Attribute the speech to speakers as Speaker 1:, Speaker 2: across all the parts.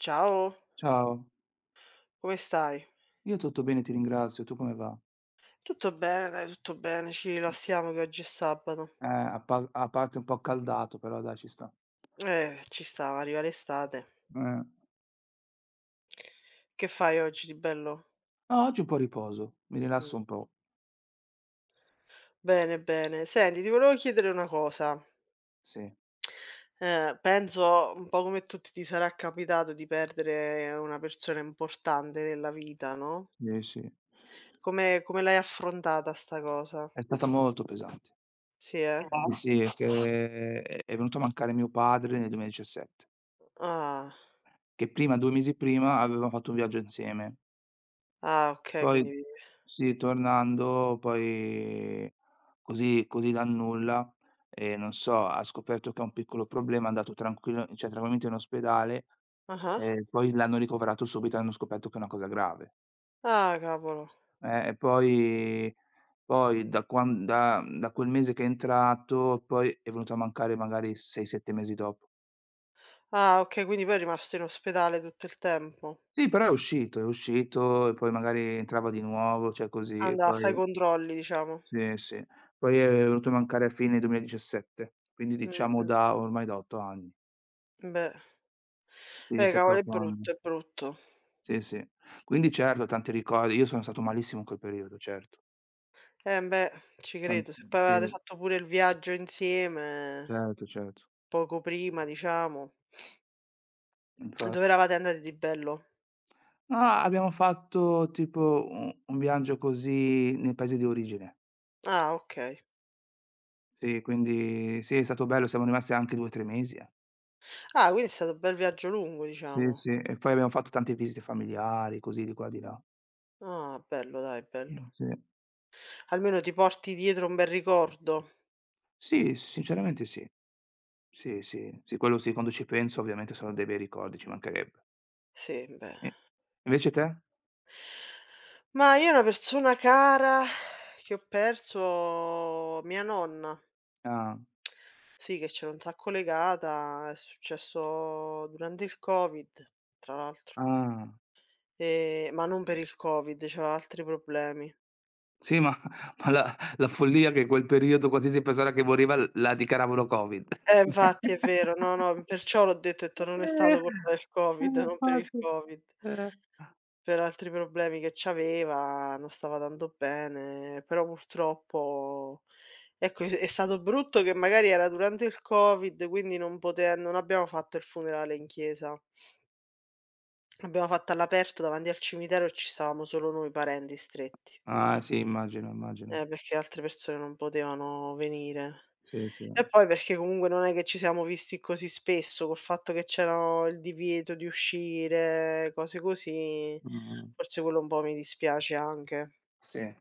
Speaker 1: Ciao,
Speaker 2: Ciao,
Speaker 1: come stai?
Speaker 2: io tutto bene, ti ringrazio. Tu come va?
Speaker 1: Tutto bene, dai, tutto bene, ci rilassiamo che oggi è sabato.
Speaker 2: A parte un po' accaldato, però dai, ci sta.
Speaker 1: Ci sta, arriva l'estate.
Speaker 2: Eh.
Speaker 1: Che fai oggi di bello?
Speaker 2: No, oggi un po' riposo, mi
Speaker 1: Mm.
Speaker 2: rilasso un po'.
Speaker 1: Bene, bene. Senti, ti volevo chiedere una cosa.
Speaker 2: Sì,
Speaker 1: Penso un po' come tutti ti sarà capitato di perdere una persona importante nella vita, no?
Speaker 2: sì, sì.
Speaker 1: Come l'hai affrontata sta cosa?
Speaker 2: È stata molto pesante.
Speaker 1: Sì, eh?
Speaker 2: Sì, che è venuto a mancare mio padre nel 2017,
Speaker 1: Ah,
Speaker 2: che prima 2 mesi prima avevamo fatto un viaggio insieme.
Speaker 1: ah, ok,
Speaker 2: Poi
Speaker 1: quindi.
Speaker 2: sì, tornando poi così così dal nulla, non so, ha scoperto che ha un piccolo problema, è andato tranquillo cioè tranquillamente in ospedale.
Speaker 1: Ah, ah.
Speaker 2: E poi l'hanno ricoverato subito e hanno scoperto che è una cosa grave.
Speaker 1: Ah, cavolo.
Speaker 2: E poi da quan da da quel mese che è entrato, poi è venuto a mancare magari 6, 7 mesi dopo.
Speaker 1: Ah, ok, quindi poi è rimasto in ospedale tutto il tempo.
Speaker 2: Sì, però è uscito e poi magari entrava di nuovo, cioè così, e
Speaker 1: Andava a fa' i
Speaker 2: poi
Speaker 1: controlli diciamo.
Speaker 2: sì, sì. Poi è venuto a mancare a fine 2017, quindi diciamo
Speaker 1: Mh-mh,
Speaker 2: da ormai da 8 anni.
Speaker 1: beh.
Speaker 2: Sì, 7,
Speaker 1: Cavolo è
Speaker 2: 8 anni.
Speaker 1: brutto, è brutto.
Speaker 2: Sì, sì. Quindi certo, tanti ricordi. Io sono stato malissimo in quel periodo, certo.
Speaker 1: Eh beh, ci
Speaker 2: Tan
Speaker 1: credo. Se poi
Speaker 2: sì,
Speaker 1: avevate fatto pure il viaggio insieme,
Speaker 2: certo, certo.
Speaker 1: poco prima diciamo.
Speaker 2: Infa
Speaker 1: Dove eravate andati di bello?
Speaker 2: Abbiamo fatto tipo un viaggio così nei paesi di origine.
Speaker 1: Ah okay.
Speaker 2: Sì, quindi sì, è stato bello, siamo rimasti anche 2, 3 mesi, eh.
Speaker 1: Ah quindi è stato un bel viaggio lungo
Speaker 2: Sì,
Speaker 1: diciamo.
Speaker 2: sì, e poi abbiamo fatto tante visite familiari, così di qua di là.
Speaker 1: Ah bello dai, bello.
Speaker 2: Sì.
Speaker 1: Almeno ti porti dietro un bel ricordo.
Speaker 2: Sì, sinceramente sì. Sì, sì, sì, quello sì, quando ci penso ovviamente sono dei bei ricordi, ci mancherebbe.
Speaker 1: Sì, beh.
Speaker 2: E invece te?
Speaker 1: Ma io una persona cara che ho perso mia nonna.
Speaker 2: Ah,
Speaker 1: Sì, che c'ero un sacco legata, è successo durante il Covid, tra l'altro,
Speaker 2: ah.
Speaker 1: ma non per il Covid, c'aveva altri problemi.
Speaker 2: Sì, ma ma la follia che in quel periodo qualsiasi persona che moriva l la dichiaravano Covid.
Speaker 1: Infatti è vero, no, no, perciò l'ho detto, ho detto: "Non è
Speaker 2: Eh,
Speaker 1: stato colpa del
Speaker 2: eh,
Speaker 1: Covid, non per il
Speaker 2: infatti.
Speaker 1: Covid,
Speaker 2: Eh.
Speaker 1: per altri problemi che c'aveva, non stava tanto bene", però purtroppo ecco, è stato brutto che magari era durante il Covid, quindi non abbiamo fatto il funerale in chiesa. L'abbiamo fatta all'aperto davanti al cimitero e ci stavamo solo noi parenti stretti,
Speaker 2: Ah, sì, immagino, immagino.
Speaker 1: perché altre persone non potevano venire.
Speaker 2: Sì, sì.
Speaker 1: E poi perché comunque non è che ci siamo visti così spesso, col fatto che c'era il divieto di uscire, cose così,
Speaker 2: Mh-mh.
Speaker 1: forse quello un po' mi dispiace anche.
Speaker 2: Sì,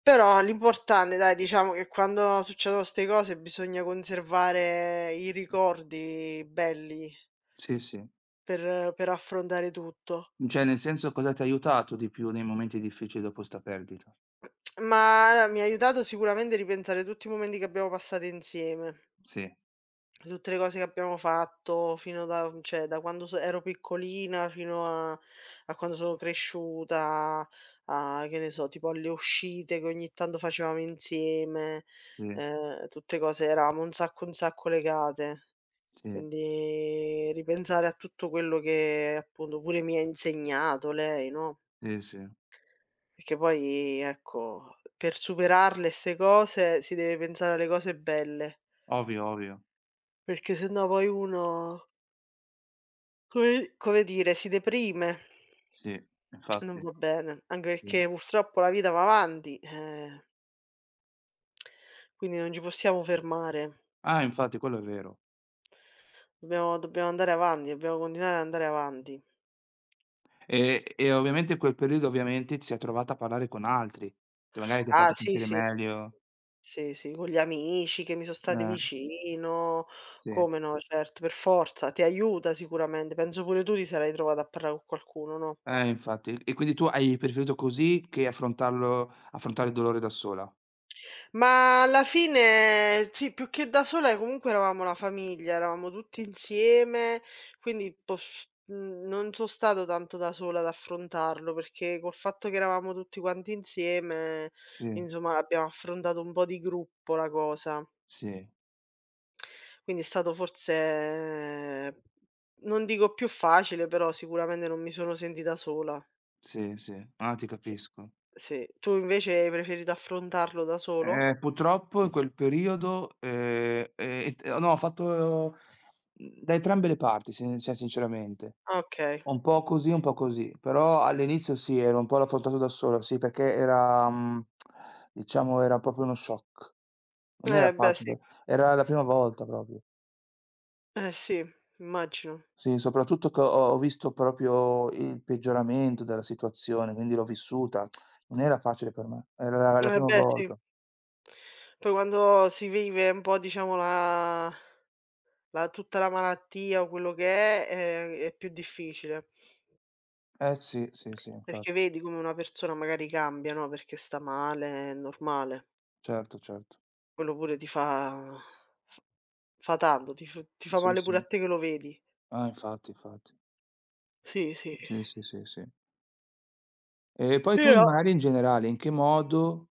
Speaker 1: Però l'importante dai, diciamo che quando succedono 'ste cose bisogna conservare i ricordi belli
Speaker 2: sì, sì.
Speaker 1: per affrontare tutto.
Speaker 2: Cioè, nel senso, cosa ti ha aiutato di più nei momenti difficili dopo 'sta perdita?
Speaker 1: Ma allora, mi ha aiutato sicuramente a ripensare tutti i momenti che abbiamo passato insieme,
Speaker 2: Sì,
Speaker 1: tutte le cose che abbiamo fatto fino da cioè da quando so ero piccolina fino a quando sono cresciuta, a che ne so, tipo alle uscite che ogni tanto facevamo insieme,
Speaker 2: sì,
Speaker 1: tutte cose eravamo un sacco legate.
Speaker 2: sì,
Speaker 1: Quindi ripensare a tutto quello che appunto pure mi ha insegnato lei, no?
Speaker 2: sì, sì.
Speaker 1: Perché poi, ecco, per superarle 'ste cose si deve pensare alle cose belle,
Speaker 2: Ovvio, ovvio.
Speaker 1: perché se no poi uno, come come dire, si deprime,
Speaker 2: Sì,
Speaker 1: non
Speaker 2: infatti,
Speaker 1: va bene, anche
Speaker 2: sì.
Speaker 1: perché purtroppo la vita va avanti, quindi non ci possiamo fermare.
Speaker 2: Ah, infatti, quello è vero.
Speaker 1: Dobbiamo andare avanti, dobbiamo continuare ad andare avanti.
Speaker 2: E ovviamente in quel periodo, ovviamente, ti sei trovata a parlare con altri, che magari ti ha
Speaker 1: Ah
Speaker 2: fatto
Speaker 1: sì,
Speaker 2: sentire
Speaker 1: sì,
Speaker 2: meglio.
Speaker 1: sì, sì, con gli amici che mi sono stati
Speaker 2: Eh,
Speaker 1: vicino,
Speaker 2: sì.
Speaker 1: come no, certo, per forza, ti aiuta sicuramente. Penso pure tu ti sarai trovata a parla' co' qualcuno, no?
Speaker 2: Infatti. E quindi tu hai preferito così che affrontarlo affrontare il dolore da sola.
Speaker 1: Ma alla fine sì, più che da sola comunque eravamo una famiglia, eravamo tutti insieme, quindi non so' stato tanto da sola ad affrontarlo, perché col fatto che eravamo tutti quanti insieme,
Speaker 2: Sì,
Speaker 1: insomma l'abbiamo affrontato un po' di gruppo la cosa.
Speaker 2: sì,
Speaker 1: Quindi è stato forse eh, non dico più facile, però sicuramente non mi sono sentita sola.
Speaker 2: sì, sì. Ah, ti
Speaker 1: Sì,
Speaker 2: capisco.
Speaker 1: sì. Tu invece hai preferito affrontarlo da solo?
Speaker 2: Purtroppo in quel periodo, t no, ho fatto, da entrambe le parti sin cioè sinceramente.
Speaker 1: Ah okay.
Speaker 2: Un po' così, un po' così. Però all'inizio sì, ero un po' l'affrontato da solo, sì, perché era, diciamo era proprio uno shock. Non era
Speaker 1: Eh beh sì.
Speaker 2: facile, era la prima volta proprio.
Speaker 1: Eh sì, immagino.
Speaker 2: Sì, soprattutto che ho visto proprio il peggioramento della situazione, quindi l'ho vissuta. Non era facile per me, era la
Speaker 1: Eh
Speaker 2: prima
Speaker 1: beh sì.
Speaker 2: volta.
Speaker 1: Poi quando si vive un po' diciamo la tutta la malattia o quello che è più difficile,
Speaker 2: Eh sì, sì, sì,
Speaker 1: perché
Speaker 2: infatti.
Speaker 1: vedi come una persona magari cambia, no, perché sta male, è normale.
Speaker 2: Certo, certo.
Speaker 1: Quello pure ti f fa tanto, ti fa
Speaker 2: Sì,
Speaker 1: male pure
Speaker 2: sì.
Speaker 1: a te che lo vedi.
Speaker 2: Ah, infatti, infatti.
Speaker 1: Sì, sì.
Speaker 2: Sì, sì, sì, sì. E poi tu in
Speaker 1: Però
Speaker 2: magari in generale, in che modo,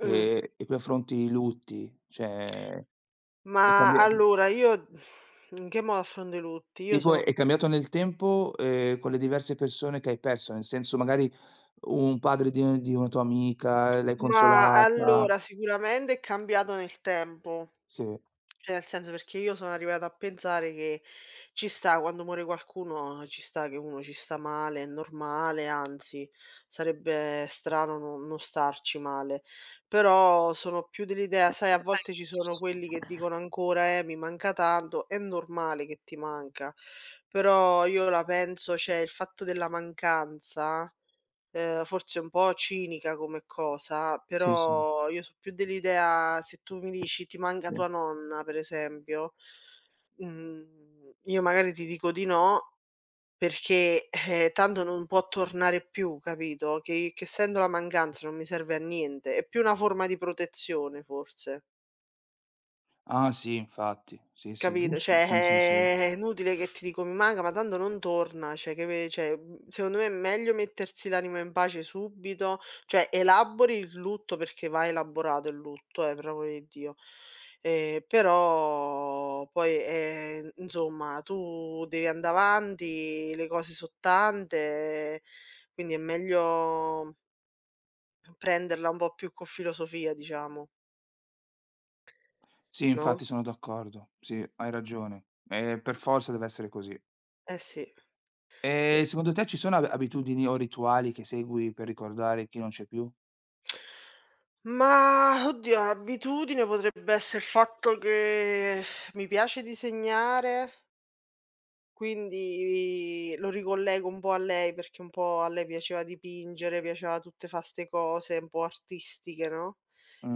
Speaker 1: mh,
Speaker 2: e poi affronti i lutti? Cioè, è
Speaker 1: ma
Speaker 2: cambia
Speaker 1: allora io in che modo affronto i lutti? Io
Speaker 2: tipo è
Speaker 1: sono
Speaker 2: cambiato nel tempo, con le diverse persone che hai perso, nel senso magari un padre di una tua amica l'hai
Speaker 1: Ma
Speaker 2: consolata.
Speaker 1: allora sicuramente è cambiato nel tempo.
Speaker 2: Sì.
Speaker 1: Cioè, nel senso perché io sono arrivata a pensare che ci sta quando muore qualcuno, ci sta che uno ci sta male, è normale, anzi sarebbe strano non starci male. Però sono più dell'idea, sai, a volte ci sono quelli che dicono ancora: mi manca tanto", è normale che ti manca, però io la penso cioè il fatto della mancanza. Forse un po' cinica come cosa,
Speaker 2: Sì, sì,
Speaker 1: però io so' più dell'idea se tu mi dici: "Ti manca
Speaker 2: sì.
Speaker 1: tua nonna", per esempio, io magari ti dico di no perché, tanto non può tornare più, capito, che sento la mancanza non mi serve a niente. È più una forma di protezione forse.
Speaker 2: Ah sì, infatti. Sì, sì,
Speaker 1: Capito?
Speaker 2: giusto.
Speaker 1: Cioè,
Speaker 2: Sì, sì, sì.
Speaker 1: è inutile che ti dico: "Mi manca", ma tanto non torna, cioè secondo me è meglio mettersi l'anima in pace subito, cioè elabori il lutto perché va elaborato il lutto, per l'amor di Dio. Però poi, insomma tu devi andà avanti, le cose so' tante, quindi è meglio prenderla un po' più con filosofia diciamo,
Speaker 2: Sì, infatti
Speaker 1: no?
Speaker 2: sono d'accordo. Sì, hai ragione. Per forza deve essere così.
Speaker 1: Eh sì,
Speaker 2: E
Speaker 1: sì.
Speaker 2: secondo te ci sono ab abitudini o rituali che segui per ricordare chi non c'è più?
Speaker 1: Mah, oddio, un'abitudine potrebbe essere il fatto che mi piace disegnare, quindi lo ricollego un po' a lei, perché un po' a lei piaceva dipingere, piaceva tutte fa 'ste cose un po' artistiche, no,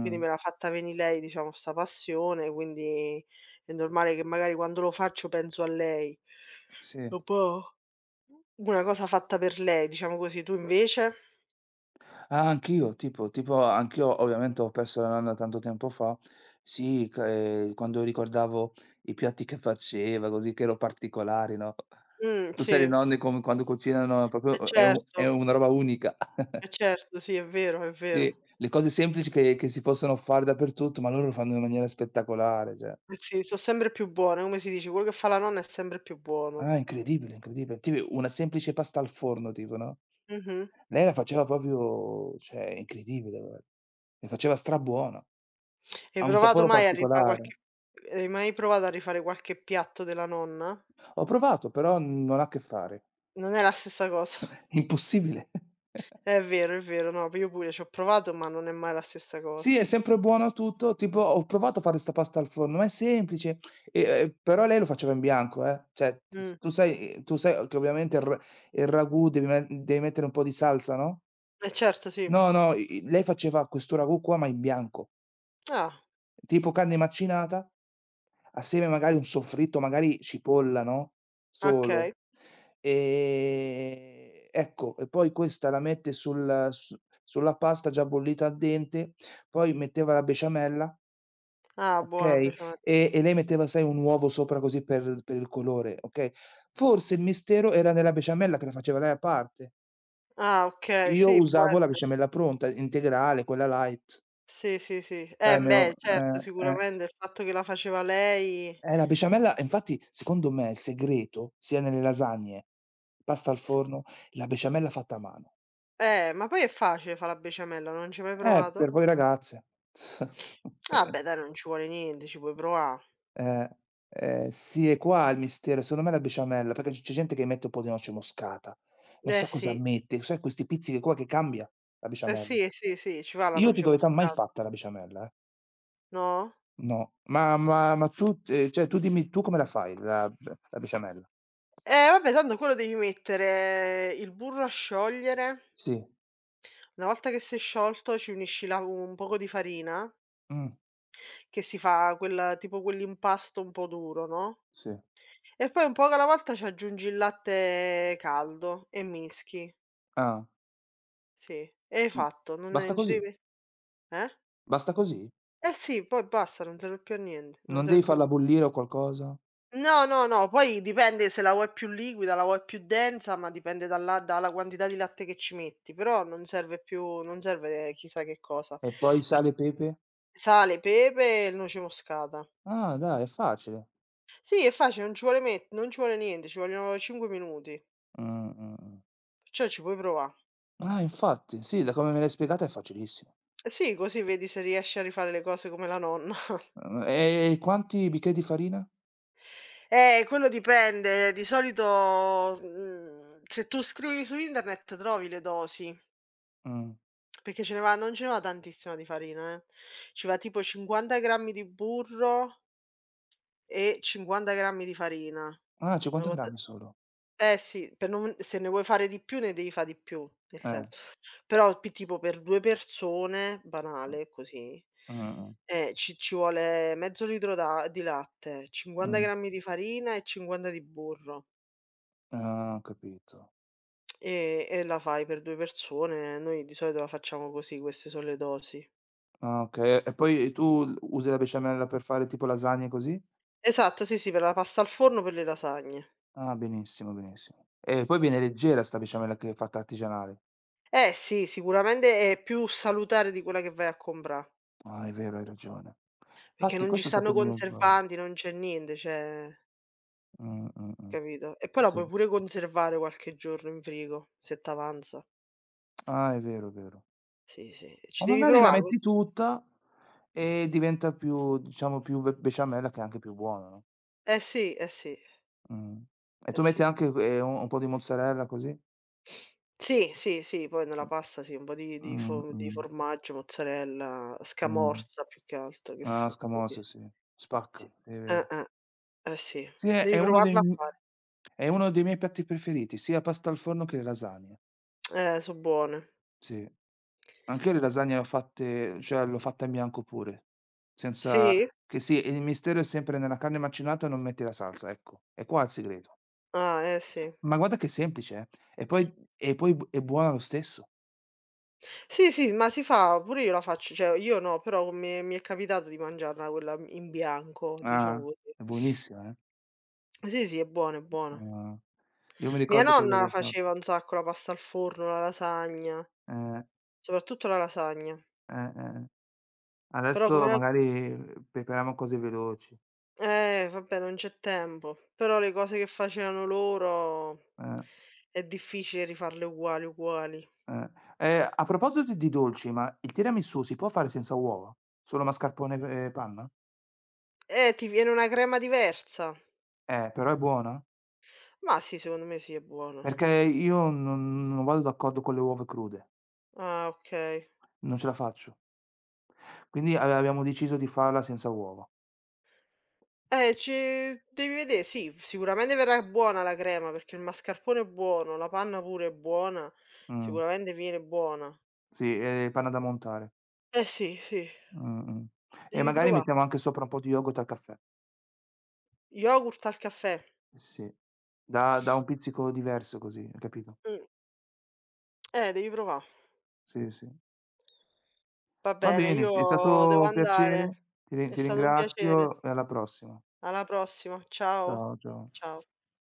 Speaker 1: quindi me l'ha fatta venì lei, diciamo, 'sta passione, quindi è normale che magari quando lo faccio penso a lei.
Speaker 2: sì.
Speaker 1: È un po' una cosa fatta per lei, diciamo così. Tu invece?
Speaker 2: Ah, anch'io, tipo anch'io ovviamente ho perso la nonna tanto tempo fa. Sì, c quando ricordavo i piatti che faceva, così che ero particolari, no? Tu sai le
Speaker 1: Sì,
Speaker 2: nonne come quando cucinano
Speaker 1: eh
Speaker 2: proprio è u
Speaker 1: certo,
Speaker 2: è una roba unica.
Speaker 1: eh certo, sì, è vero, è vero.
Speaker 2: Sì, le cose semplici che si possono fare dappertutto, ma loro lo fanno in maniera spettacolare, cioè.
Speaker 1: Sì, so' sempre più buone, come si dice, quello che fa la nonna è sempre più buono.
Speaker 2: Ah, incredibile, incredibile. Tipo una semplice pasta al forno tipo, no,
Speaker 1: Mh-mh.
Speaker 2: lei la faceva proprio cioè incredibile guarda. Le faceva strabuona,
Speaker 1: Hai
Speaker 2: ha un
Speaker 1: provato
Speaker 2: sapore
Speaker 1: mai a rifa
Speaker 2: particolare.
Speaker 1: qualche Hai mai provato a rifare qualche piatto della nonna?
Speaker 2: Ho provato, però non ha a che fare.
Speaker 1: Non è la stessa cosa.
Speaker 2: Impossibile.
Speaker 1: È vero, no, io pure ci ho provato, ma non è mai la stessa cosa.
Speaker 2: Sì, è sempre buono tutto, tipo ho provato a fare 'sta pasta al forno, ma è semplice, però lei lo faceva in bianco, cioè t s
Speaker 1: Mh.
Speaker 2: tu sai che ovviamente il ragù devi mettere un po' di salsa, no,
Speaker 1: Eh certo, sì.
Speaker 2: no, no, i i lei faceva questo ragù qua, ma in bianco,
Speaker 1: Ah,
Speaker 2: tipo carne macinata, assieme magari un soffritto, magari cipolla, no, solo.
Speaker 1: okay.
Speaker 2: Ecco, e poi questa la mette sulla pasta già bollita al dente, poi metteva la besciamella.
Speaker 1: Ah, buona
Speaker 2: Okay,
Speaker 1: speciale.
Speaker 2: e lei metteva, sai, un uovo sopra così per il colore, okay. Forse il mistero era nella besciamella che la faceva lei a parte.
Speaker 1: Ah, okay,
Speaker 2: Io
Speaker 1: sì, può
Speaker 2: usavo la
Speaker 1: essere.
Speaker 2: besciamella pronta, integrale, quella light.
Speaker 1: Sì, sì, sì. Beh,
Speaker 2: Mio eh,
Speaker 1: certo,
Speaker 2: eh.
Speaker 1: sicuramente il fatto che la faceva lei.
Speaker 2: La besciamella infatti secondo me il segreto sia nelle lasagne, pasta al
Speaker 1: S
Speaker 2: forno, la besciamella fatta a mano.
Speaker 1: Ma poi è facile fa' la besciamella, non ci hai mai
Speaker 2: Per
Speaker 1: provato?
Speaker 2: voi ragazze.
Speaker 1: Ah beh dai, non ci vuole niente, ci puoi provà.
Speaker 2: Eh, sì è qua il mistero, secondo me la besciamella, perché c'è gente che mette un po' di noce moscata, non
Speaker 1: Eh
Speaker 2: so cosa
Speaker 1: sì,
Speaker 2: mette, sai questi pizzichi qua che cambia la
Speaker 1: eh
Speaker 2: besciamella.
Speaker 1: sì, eh sì, sì, ci va la
Speaker 2: Io
Speaker 1: noce
Speaker 2: dico la verità, mai
Speaker 1: moscata,
Speaker 2: fatta la besciamella, eh.
Speaker 1: no?
Speaker 2: No, ma tu cioè tu dimmi tu come la fai la besciamella?
Speaker 1: Eh vabbè tanto quello devi mettere il burro a sciogliere,
Speaker 2: Sì.
Speaker 1: una volta che si è sciolto ci unisci la un poco di farina,
Speaker 2: Mh,
Speaker 1: che si fa quel tipo quell'impasto un po' duro, no,
Speaker 2: sì.
Speaker 1: e poi un poco alla volta ci aggiungi il latte caldo e mischi.
Speaker 2: Ah.
Speaker 1: Sì, e hai
Speaker 2: Mh.
Speaker 1: fatto,
Speaker 2: Basta
Speaker 1: non ci
Speaker 2: così?
Speaker 1: devi eh?
Speaker 2: Basta così?
Speaker 1: Eh sì, poi basta, non serve più a niente. Non
Speaker 2: Non
Speaker 1: serve
Speaker 2: devi
Speaker 1: più a
Speaker 2: farla bollire o qualcosa?
Speaker 1: No, no, no, poi dipende se la vuoi più liquida, la vuoi più densa, ma dipende dalla quantità di latte che ci metti, però non serve chissà che cosa.
Speaker 2: E poi
Speaker 1: Per
Speaker 2: sale e pepe?
Speaker 1: Sale, pepe e il noce moscata.
Speaker 2: Ah dai, è facile.
Speaker 1: Sì, è facile, non ci vuole niente, ci vogliono 5 minuti,
Speaker 2: Mh, mh, mh.
Speaker 1: perciò ci puoi provà.
Speaker 2: Ah infatti, sì, da come me l'hai spiegata è facilissimo.
Speaker 1: Sì, così vedi se riesci a rifare le cose come la nonna.
Speaker 2: E quanti bicchieri di farina?
Speaker 1: Quello dipende, di solito, se tu scrivi su internet trovi le dosi.
Speaker 2: Mh.
Speaker 1: Perché ce ne va non ce ne va tantissima di farina, eh. Ci va tipo 50 grammi di burro e 50 grammi di farina.
Speaker 2: Ah,
Speaker 1: Una
Speaker 2: 50
Speaker 1: cosa
Speaker 2: grammi solo.
Speaker 1: Eh sì, per non se ne vuoi fare di più ne devi fa' di più, nel
Speaker 2: Eh.
Speaker 1: senso. Però p tipo per 2 persone, banale così,
Speaker 2: Mh, mh,
Speaker 1: ci vuole mezzo litro d'a di latte,
Speaker 2: mh,
Speaker 1: 50
Speaker 2: mh.
Speaker 1: grammi di farina e 50 di burro.
Speaker 2: Ah, ho capito.
Speaker 1: E la fai per 2 persone. Noi di solito la facciamo così, queste sono le dosi.
Speaker 2: Ah, okay. E poi tu l usi la besciamella per fare tipo lasagne così?
Speaker 1: Esatto, sì, sì, per la pasta al forno, per le lasagne.
Speaker 2: Ah, benissimo, benissimo. E poi viene leggera 'sta besciamella che è fatta artigianale.
Speaker 1: Eh sì, sicuramente è più salutare di quella che vai a comprà,
Speaker 2: Ah, è vero, hai ragione.
Speaker 1: perché
Speaker 2: Fatti
Speaker 1: non ci
Speaker 2: questo è stato
Speaker 1: stanno
Speaker 2: il mio errore.
Speaker 1: conservanti, non c'è niente, cioè
Speaker 2: Mh, mh, mh.
Speaker 1: capito? E poi la
Speaker 2: Sì.
Speaker 1: puoi pure conservare qualche giorno in frigo, se t'avanza.
Speaker 2: Ah, è vero, è vero.
Speaker 1: Sì, sì,
Speaker 2: O
Speaker 1: ci devi
Speaker 2: magari la
Speaker 1: provà co
Speaker 2: metti tutta e diventa più diciamo più be besciamella che è anche più buona, no?
Speaker 1: eh sì, eh sì,
Speaker 2: Mh. E tu
Speaker 1: eh
Speaker 2: metti
Speaker 1: sì.
Speaker 2: anche, u un po' di mozzarella così?
Speaker 1: Sì, sì, sì, poi
Speaker 2: Mh.
Speaker 1: nella pasta sì, un po' di
Speaker 2: Mh,
Speaker 1: fo di
Speaker 2: mh,
Speaker 1: formaggio, mozzarella,
Speaker 2: mh.
Speaker 1: scamorza più che altro, che
Speaker 2: Ah,
Speaker 1: f
Speaker 2: scamorza,
Speaker 1: così,
Speaker 2: sì. Spacca,
Speaker 1: sì.
Speaker 2: sì, è vero.
Speaker 1: Eh, eh, eh sì,
Speaker 2: Sì, è è
Speaker 1: devi
Speaker 2: uno dei
Speaker 1: provarla a
Speaker 2: m
Speaker 1: fare.
Speaker 2: è uno dei miei piatti preferiti, sia pasta al forno che le lasagne.
Speaker 1: So' buone.
Speaker 2: Sì. Anch'io le lasagne le ho fatte cioè l'ho fatta in bianco pure, senza
Speaker 1: Sì?
Speaker 2: che sì, il mistero è sempre nella carne macinata non metti la salsa, ecco. È qua il segreto.
Speaker 1: Ah, eh sì.
Speaker 2: Ma guarda che è semplice, eh. E poi è buona lo stesso.
Speaker 1: Sì, sì, ma si fa, pure io la faccio, cioè io no, però mi è capitato di mangiarla quella in bianco, diciamo
Speaker 2: Ah,
Speaker 1: così.
Speaker 2: è buonissima, eh.
Speaker 1: Sì, sì, è buona, è buona.
Speaker 2: Ah. Io mi
Speaker 1: Mia
Speaker 2: ricordo che
Speaker 1: nonna la
Speaker 2: l'avevo fatto.
Speaker 1: faceva un sacco, la pasta al forno, la lasagna,
Speaker 2: Eh,
Speaker 1: soprattutto la lasagna.
Speaker 2: eh.
Speaker 1: Però
Speaker 2: Adesso
Speaker 1: come la
Speaker 2: magari prepariamo cose veloci.
Speaker 1: vabbè non c'è tempo, però le cose che facevano loro
Speaker 2: Eh,
Speaker 1: è difficile rifarle uguali, uguali.
Speaker 2: eh. A proposito di dolci, ma il tiramisù si può fare senza uova? Solo mascarpone p e panna?
Speaker 1: Ti viene una crema diversa.
Speaker 2: Però è buona?
Speaker 1: Ma sì, secondo me sì, è buono.
Speaker 2: Perché io non vado d'accordo con le uova crude,
Speaker 1: Ah, okay.
Speaker 2: non ce la faccio. Quindi avevamo deciso di farla senza uova.
Speaker 1: Ci devi vedè, sì, sicuramente verrà buona la crema, perché il mascarpone è buono, la panna pure è buona,
Speaker 2: Mh.
Speaker 1: sicuramente viene buona.
Speaker 2: Sì, e panna da montare.
Speaker 1: Eh sì, sì,
Speaker 2: Mh-mh. E
Speaker 1: devi
Speaker 2: magari
Speaker 1: provà.
Speaker 2: mettiamo anche sopra un po' di yogurt al caffè.
Speaker 1: Yogurt al caffè.
Speaker 2: Sì. Dà un pizzico diverso così, hai capito?
Speaker 1: Mh, Devi provà.
Speaker 2: Sì, sì.
Speaker 1: Va
Speaker 2: Va
Speaker 1: bene,
Speaker 2: bene, è stato
Speaker 1: io devo
Speaker 2: un
Speaker 1: andare.
Speaker 2: piacere,
Speaker 1: È
Speaker 2: ti
Speaker 1: stato un piacere.
Speaker 2: ringrazio e alla prossima.
Speaker 1: Alla prossima. Ciao.
Speaker 2: Ciao, ciao.
Speaker 1: Ciao.